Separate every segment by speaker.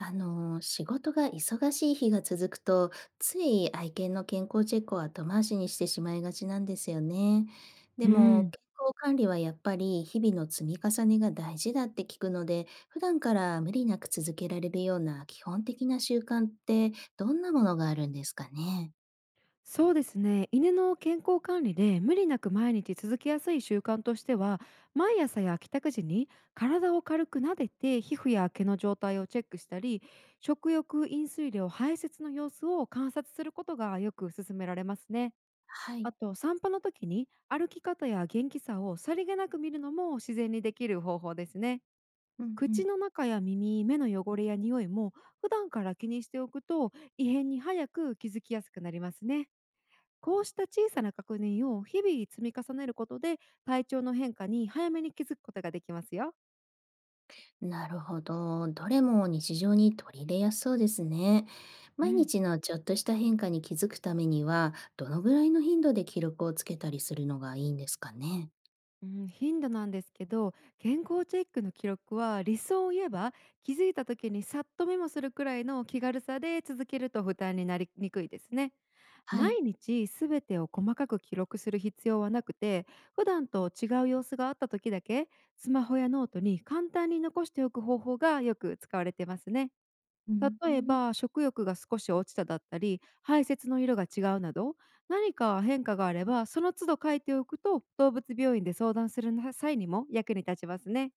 Speaker 1: 仕事が忙しい日が続くと、つい愛犬の健康チェックを後回しにしてしまいがちなんですよね。で
Speaker 2: う
Speaker 1: も、
Speaker 2: ん、
Speaker 1: 健康管理はやっぱり日々の積み重ねが大事だって聞くので、普段から無理なく続けられるような基本的な習慣ってどんなものがあるんですかね。
Speaker 2: そうですね。犬の健康管理で無理なく毎日続けやすい習慣としては、毎朝や帰宅時に体を軽く撫でて皮膚や毛の状態をチェックしたり、食欲飲水量排泄の様子を観察することがよく勧められますね。
Speaker 1: はい。
Speaker 2: あと、散歩の時に歩き方や元気さをさりげなく見るのも自然にできる方法ですね。
Speaker 1: うんうん。
Speaker 2: 口の中や耳目の汚れや匂いも普段から気にしておくと、異変に早く気づきやすくなりますね。こうした小さな確認を日々積み重ねることで、体調の変化に早めに気づくことができますよ。
Speaker 1: なるほど。どれも日常に取り入れやすそうですね。
Speaker 2: う
Speaker 1: 毎
Speaker 2: ん、
Speaker 1: 日のちょっとした変化に気づくためには、どのぐらいの頻度で記録をつけたりするのがいいんですかね。
Speaker 2: うん、頻度なんですけど、健康チェックの記録は理想を言えば、気づいた時にさっとメモするくらいの気軽さで続けると負担になりにくいですね。
Speaker 1: はい。
Speaker 2: 毎日すべてを細かく記録する必要はなくて、普段と違う様子があった時だけスマホやノートに簡単に残しておく方法がよく使われてますね。
Speaker 1: うん、
Speaker 2: 例え
Speaker 1: う
Speaker 2: ば、食欲が少し落ちただったり、排泄の色が違うなど、何か変化があれば、その都度書いておくと、動物病院で相談する際にも役に立ちますね。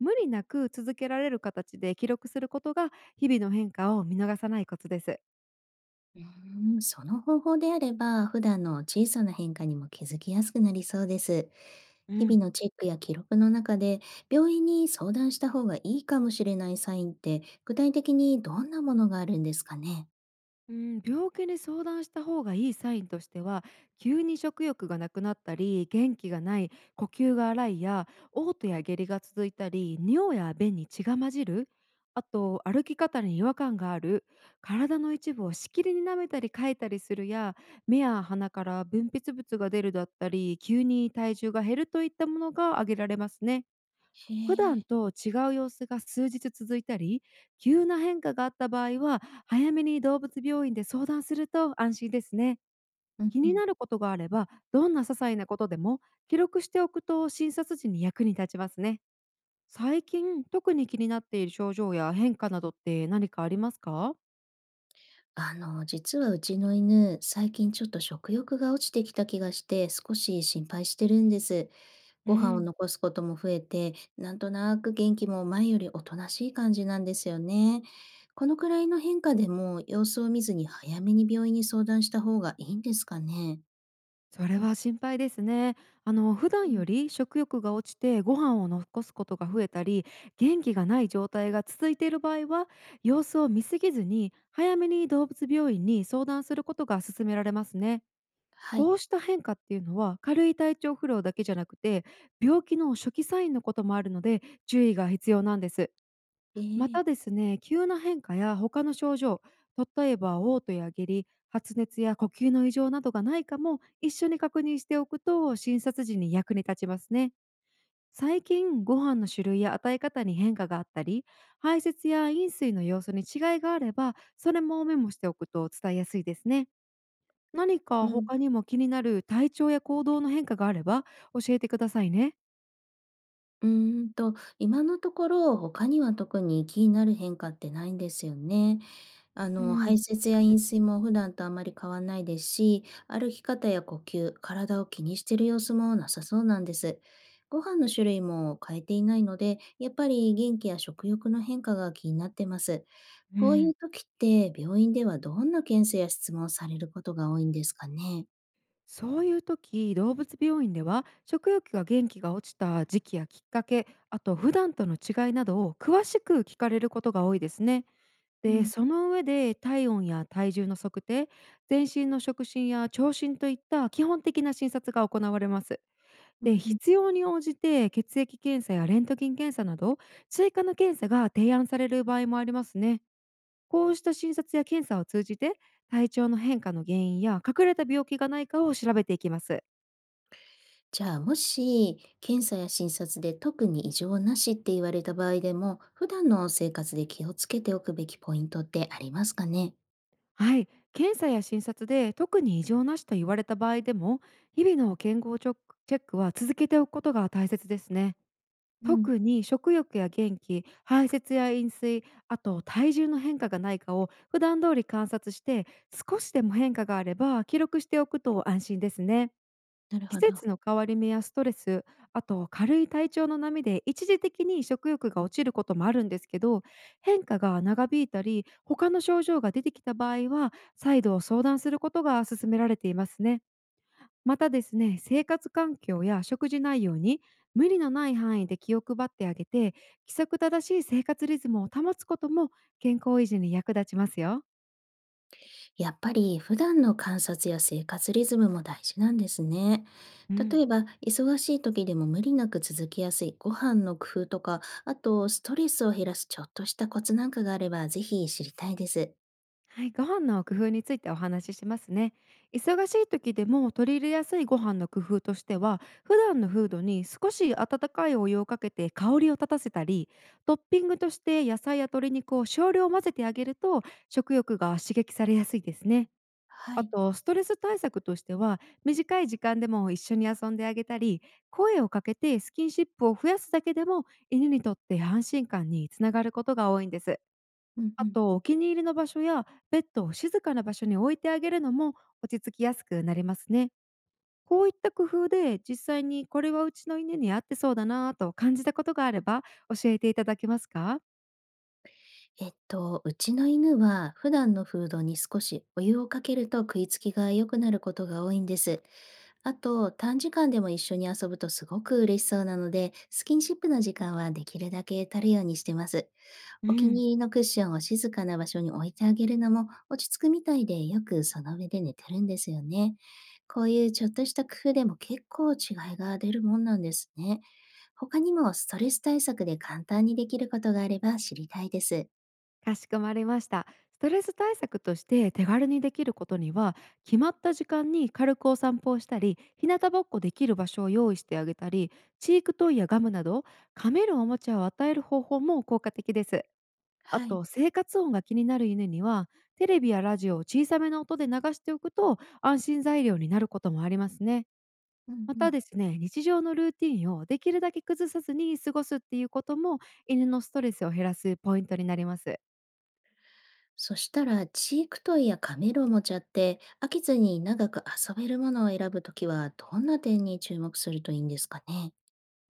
Speaker 2: 無理なく続けられる形で記録することが、日々の変化を見逃さないコツです。
Speaker 1: その方法であれば、普段の小さな変化にも気づきやすくなりそうです。
Speaker 2: う
Speaker 1: 日々
Speaker 2: ん
Speaker 1: のチェックや記録の中で、病院に相談した方がいいかもしれないサインって、具体的にどんなものがあるんですかね。
Speaker 2: うん、病気に相談した方がいいサインとしては、急に食欲がなくなったり、元気がない、呼吸が荒いや、嘔吐や下痢が続いたり、尿や便に血が混じる、あと歩き方に違和感がある、体の一部をしきりに舐めたりかいたりするや、目や鼻から分泌物が出るだったり急に体重が減るといったものが挙げられますね。
Speaker 1: へ
Speaker 2: 普段
Speaker 1: え。
Speaker 2: と違う様子が数日続いたり、急な変化があった場合は、早めに動物病院で相談すると安心ですね。
Speaker 1: うん
Speaker 2: 気
Speaker 1: う
Speaker 2: に
Speaker 1: ん。
Speaker 2: なることがあればどんな些細なことでも記録しておくと診察時に役に立ちますね。最近特に気になっている症状や変化などって何かありますか？
Speaker 1: 実はうちの犬、最近ちょっと食欲が落ちてきた気がして、少し心配してるんです。
Speaker 2: う
Speaker 1: ご飯を
Speaker 2: ん。
Speaker 1: 残すことも増えて、なんとなく元気も前よりおとなしい感じなんですよね。このくらいの変化でも、様子を見ずに早めに病院に相談した方がいいんですかね。
Speaker 2: それは心配ですね。普
Speaker 1: う
Speaker 2: 段
Speaker 1: ん。
Speaker 2: より食欲が落ちて、ご飯を残すことが増えたり、元気がない状態が続いている場合は、様子を見すぎずに早めに動物病院に相談することが勧められますね。
Speaker 1: はい。
Speaker 2: こうした変化っていうのは軽い体調不良だけじゃなくて、病気の初期サインのこともあるので注意が必要なんです。
Speaker 1: え
Speaker 2: ま
Speaker 1: え。
Speaker 2: たですね、急な変化や他の症状、例えば嘔吐や下痢、発熱や呼吸の異常などがないかも一緒に確認しておくと診察時に役に立ちますね。最近、ご飯の種類や与え方に変化があったり、排泄や飲水の様子に違いがあれば、それもメモしておくと伝えやすいですね。何
Speaker 1: う
Speaker 2: か
Speaker 1: ん。
Speaker 2: 他にも気になる体調や行動の変化があれば教えてくださいね。
Speaker 1: 今のところ他には特に気になる変化ってないんですよね。
Speaker 2: う
Speaker 1: 排
Speaker 2: ん。
Speaker 1: 泄や飲水も普段とあまり変わんないですし、歩き方や呼吸、体を気にしてる様子もなさそうなんです。ご飯の種類も変えていないので、やっぱり元気や食欲の変化が気になってます。
Speaker 2: う
Speaker 1: こうい
Speaker 2: ん、
Speaker 1: う時って病院ではどんな検査や質問をされることが多いんですかね。
Speaker 2: そういう時、動物病院では食欲が元気が落ちた時期やきっかけ、あと普段との違いなどを詳しく聞かれることが多いですね。
Speaker 1: う
Speaker 2: で、
Speaker 1: ん。
Speaker 2: その上で体温や体重の測定、全身の触診や聴診といった基本的な診察が行われます。
Speaker 1: う
Speaker 2: で、
Speaker 1: んうん。
Speaker 2: 必要に応じて血液検査やレントゲン検査など追加の検査が提案される場合もありますね。こうした診察や検査を通じて体調の変化の原因や隠れた病気がないかを調べていきます。
Speaker 1: じゃあ、もし、検査や診察で特に異常なしって言われた場合でも、普段の生活で気をつけておくべきポイントってありますかね？
Speaker 2: はい、検査や診察で特に異常なしと言われた場合でも、日々の健康チョックチェックは続けておくことが大切ですね。
Speaker 1: うん、
Speaker 2: 特に食欲や元気、排泄や飲水、あと体重の変化がないかを普段通り観察して、少しでも変化があれば記録しておくと安心ですね。
Speaker 1: なる
Speaker 2: 季
Speaker 1: ほど。
Speaker 2: 節の変わり目やストレス、あと軽い体調の波で一時的に食欲が落ちることもあるんですけど、変化が長引いたり、他の症状が出てきた場合は、再度相談することが勧められていますね。またですね、生活環境や食事内容に無理のない範囲で気を配ってあげて、規則正しい生活リズムを保つことも健康維持に役立ちますよ。
Speaker 1: やっぱり普段の観察や生活リズムも大事なんですね。
Speaker 2: うん。
Speaker 1: 例えば、忙しい時でも無理なく続きやすいご飯の工夫とか、あとストレスを減らすちょっとしたコツなんかがあれば、ぜひ知りたいです。
Speaker 2: はい、ご飯の工夫についてお話ししますね。忙しい時でも取り入れやすいご飯の工夫としては、普段のフードに少し温かいお湯をかけて香りを立たせたり、トッピングとして野菜や鶏肉を少量混ぜてあげると食欲が刺激されやすいですね。
Speaker 1: は
Speaker 2: あ
Speaker 1: い。
Speaker 2: と、ストレス対策としては、短い時間でも一緒に遊んであげたり、声をかけてスキンシップを増やすだけでも犬にとって安心感につながることが多いんです。
Speaker 1: うんう
Speaker 2: あ
Speaker 1: ん。
Speaker 2: と、お気に入りの場所やベッドを静かな場所に置いてあげるのも落ち着きやすくなりますね。こういった工夫で実際にこれはうちの犬に合ってそうだなぁと感じたことがあれば教えていただけますか？
Speaker 1: うちの犬は普段のフードに少しお湯をかけると食いつきが良くなることが多いんです。あと、短時間でも一緒に遊ぶとすごく嬉しそうなので、スキンシップの時間はできるだけ足るようにしてます。
Speaker 2: う
Speaker 1: お気
Speaker 2: ん、
Speaker 1: に入りのクッションを静かな場所に置いてあげるのも落ち着くみたいでよくその上で寝てるんですよね。こういうちょっとした工夫でも結構違いが出るもんなんですね。他にもストレス対策で簡単にできることがあれば知りたいです。
Speaker 2: かしこまりました。ストレス対策として手軽にできることには、決まった時間に軽くお散歩をしたり、日向ぼっこできる場所を用意してあげたり、チークトイやガムなど噛めるおもちゃを与える方法も効果的です。あ
Speaker 1: はい。
Speaker 2: と、生活音が気になる犬には、テレビやラジオを小さめの音で流しておくと、安心材料になることもありますね。
Speaker 1: うん
Speaker 2: ま
Speaker 1: うん。
Speaker 2: たですね、日常のルーティンをできるだけ崩さずに過ごすっていうことも、犬のストレスを減らすポイントになります。
Speaker 1: そしたら、チークトイやカメルを持ちゃって、飽きずに長く遊べるものを選ぶときは、どんな点に注目するといいんですかね。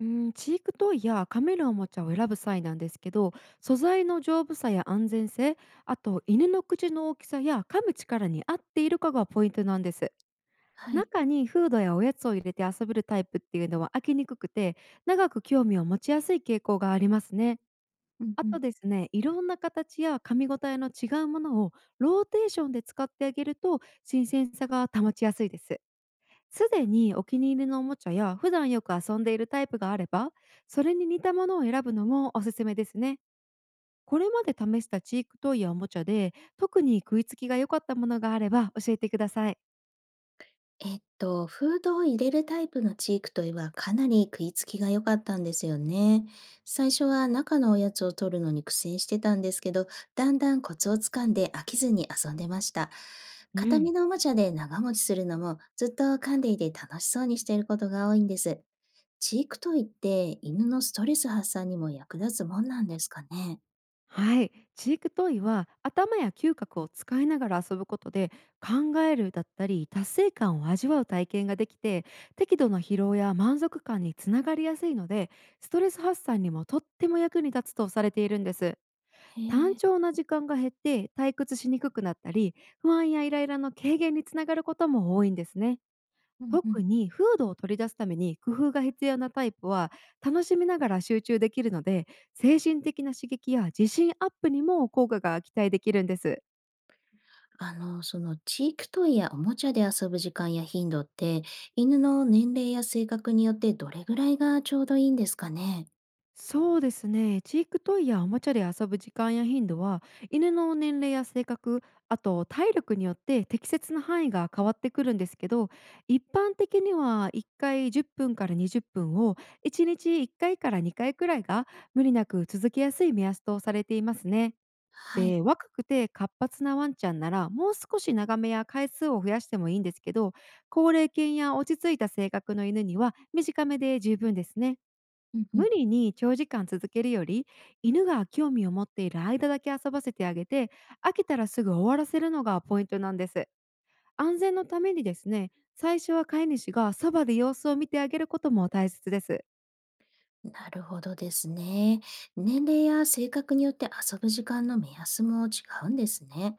Speaker 2: うん、チークトイや噛めるおもちゃを選ぶ際なんですけど、素材の丈夫さや安全性、あと犬の口の大きさや噛む力に合っているかがポイントなんです。
Speaker 1: はい。
Speaker 2: 中にフードやおやつを入れて遊べるタイプっていうのは飽きにくくて、長く興味を持ちやすい傾向がありますね。
Speaker 1: うん
Speaker 2: あ
Speaker 1: うん。
Speaker 2: とですね、いろんな形や噛み応えの違うものをローテーションで使ってあげると新鮮さが保ちやすいです。すでにお気に入りのおもちゃや普段よく遊んでいるタイプがあれば、それに似たものを選ぶのもおすすめですね。これまで試したチークトイやおもちゃで特に食いつきが良かったものがあれば教えてください。
Speaker 1: フードを入れるタイプのチークトイはかなり食いつきが良かったんですよね。最初は中のおやつを取るのに苦戦してたんですけど、だんだんコツをつかんで飽きずに遊んでました。
Speaker 2: う
Speaker 1: 片
Speaker 2: ん。
Speaker 1: 身のおもちゃで長持ちするのもずっと噛んでいて楽しそうにしていることが多いんです。チークトイって犬のストレス発散にも役立つもんなんですかね。
Speaker 2: はい、チークトイは頭や嗅覚を使いながら遊ぶことで、考えるだったり達成感を味わう体験ができて、適度な疲労や満足感につながりやすいので、ストレス発散にもとっても役に立つとされているんです。
Speaker 1: へ
Speaker 2: 単
Speaker 1: え、
Speaker 2: 調な時間が減って退屈しにくくなったり、不安やイライラの軽減につながることも多いんですね。
Speaker 1: うんうん。
Speaker 2: 特にフードを取り出すために工夫が必要なタイプは楽しみながら集中できるので、精神的な刺激や自信アップにも効果が期待できるんです。
Speaker 1: その地域トイやおもちゃで遊ぶ時間や頻度って、犬の年齢や性格によってどれぐらいがちょうどいいんですかね。
Speaker 2: そうですね、チークトイやおもちゃで遊ぶ時間や頻度は、犬の年齢や性格、あと体力によって適切な範囲が変わってくるんですけど、一般的には1回10分から20分を1日1回かいから2回くらいが無理なく続けやすい目安とされていますね。
Speaker 1: はい。
Speaker 2: で、若くて活発なワンちゃんなら、もう少し長めや回数を増やしてもいいんですけど、高齢犬や落ち着いた性格の犬には短めで十分ですね。
Speaker 1: うんう
Speaker 2: 無
Speaker 1: ん。
Speaker 2: 理に長時間続けるより、犬が興味を持っている間だけ遊ばせてあげて、飽きたらすぐ終わらせるのがポイントなんです。安全のためにですね、最初は飼い主がそばで様子を見てあげることも大切です。
Speaker 1: なるほどですね。年齢や性格によって遊ぶ時間の目安も違うんですね。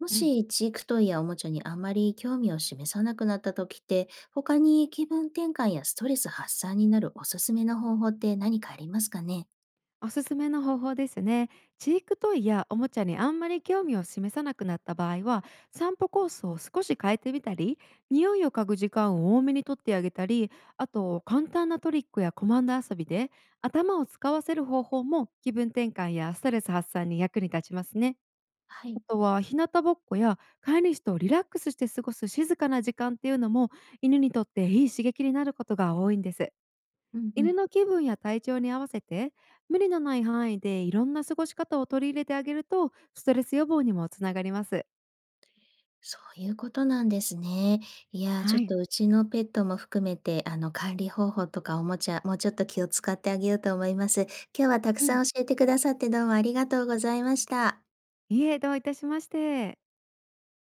Speaker 1: もし地域トイやおもちゃにあまり興味を示さなくなった時って、他に気分転換やストレス発散になるおすすめの方法って何かありますかね。
Speaker 2: おすすめの方法ですね。チークトイやおもちゃにあんまり興味を示さなくなった場合は、散歩コースを少し変えてみたり、匂いを嗅ぐ時間を多めにとってあげたり、あと簡単なトリックやコマンド遊びで頭を使わせる方法も気分転換やストレス発散に役に立ちますね。
Speaker 1: は
Speaker 2: あ
Speaker 1: い。
Speaker 2: とは日向ぼっこや飼い主とリラックスして過ごす静かな時間っていうのも犬にとっていい刺激になることが多いんです。
Speaker 1: うんうん。
Speaker 2: 犬の気分や体調に合わせて無理のない範囲でいろんな過ごし方を取り入れてあげるとストレス予防にもつながります。
Speaker 1: そういうことなんですね。いや、ちょ
Speaker 2: は
Speaker 1: っ
Speaker 2: い。
Speaker 1: とうちのペットも含めて、管理方法とかおもちゃ、もうちょっと気を使ってあげようと思います。今日はたく
Speaker 2: う
Speaker 1: さ
Speaker 2: ん。
Speaker 1: ん教えてくださってどうもありがとうございました。
Speaker 2: いいえ、どういたしまして。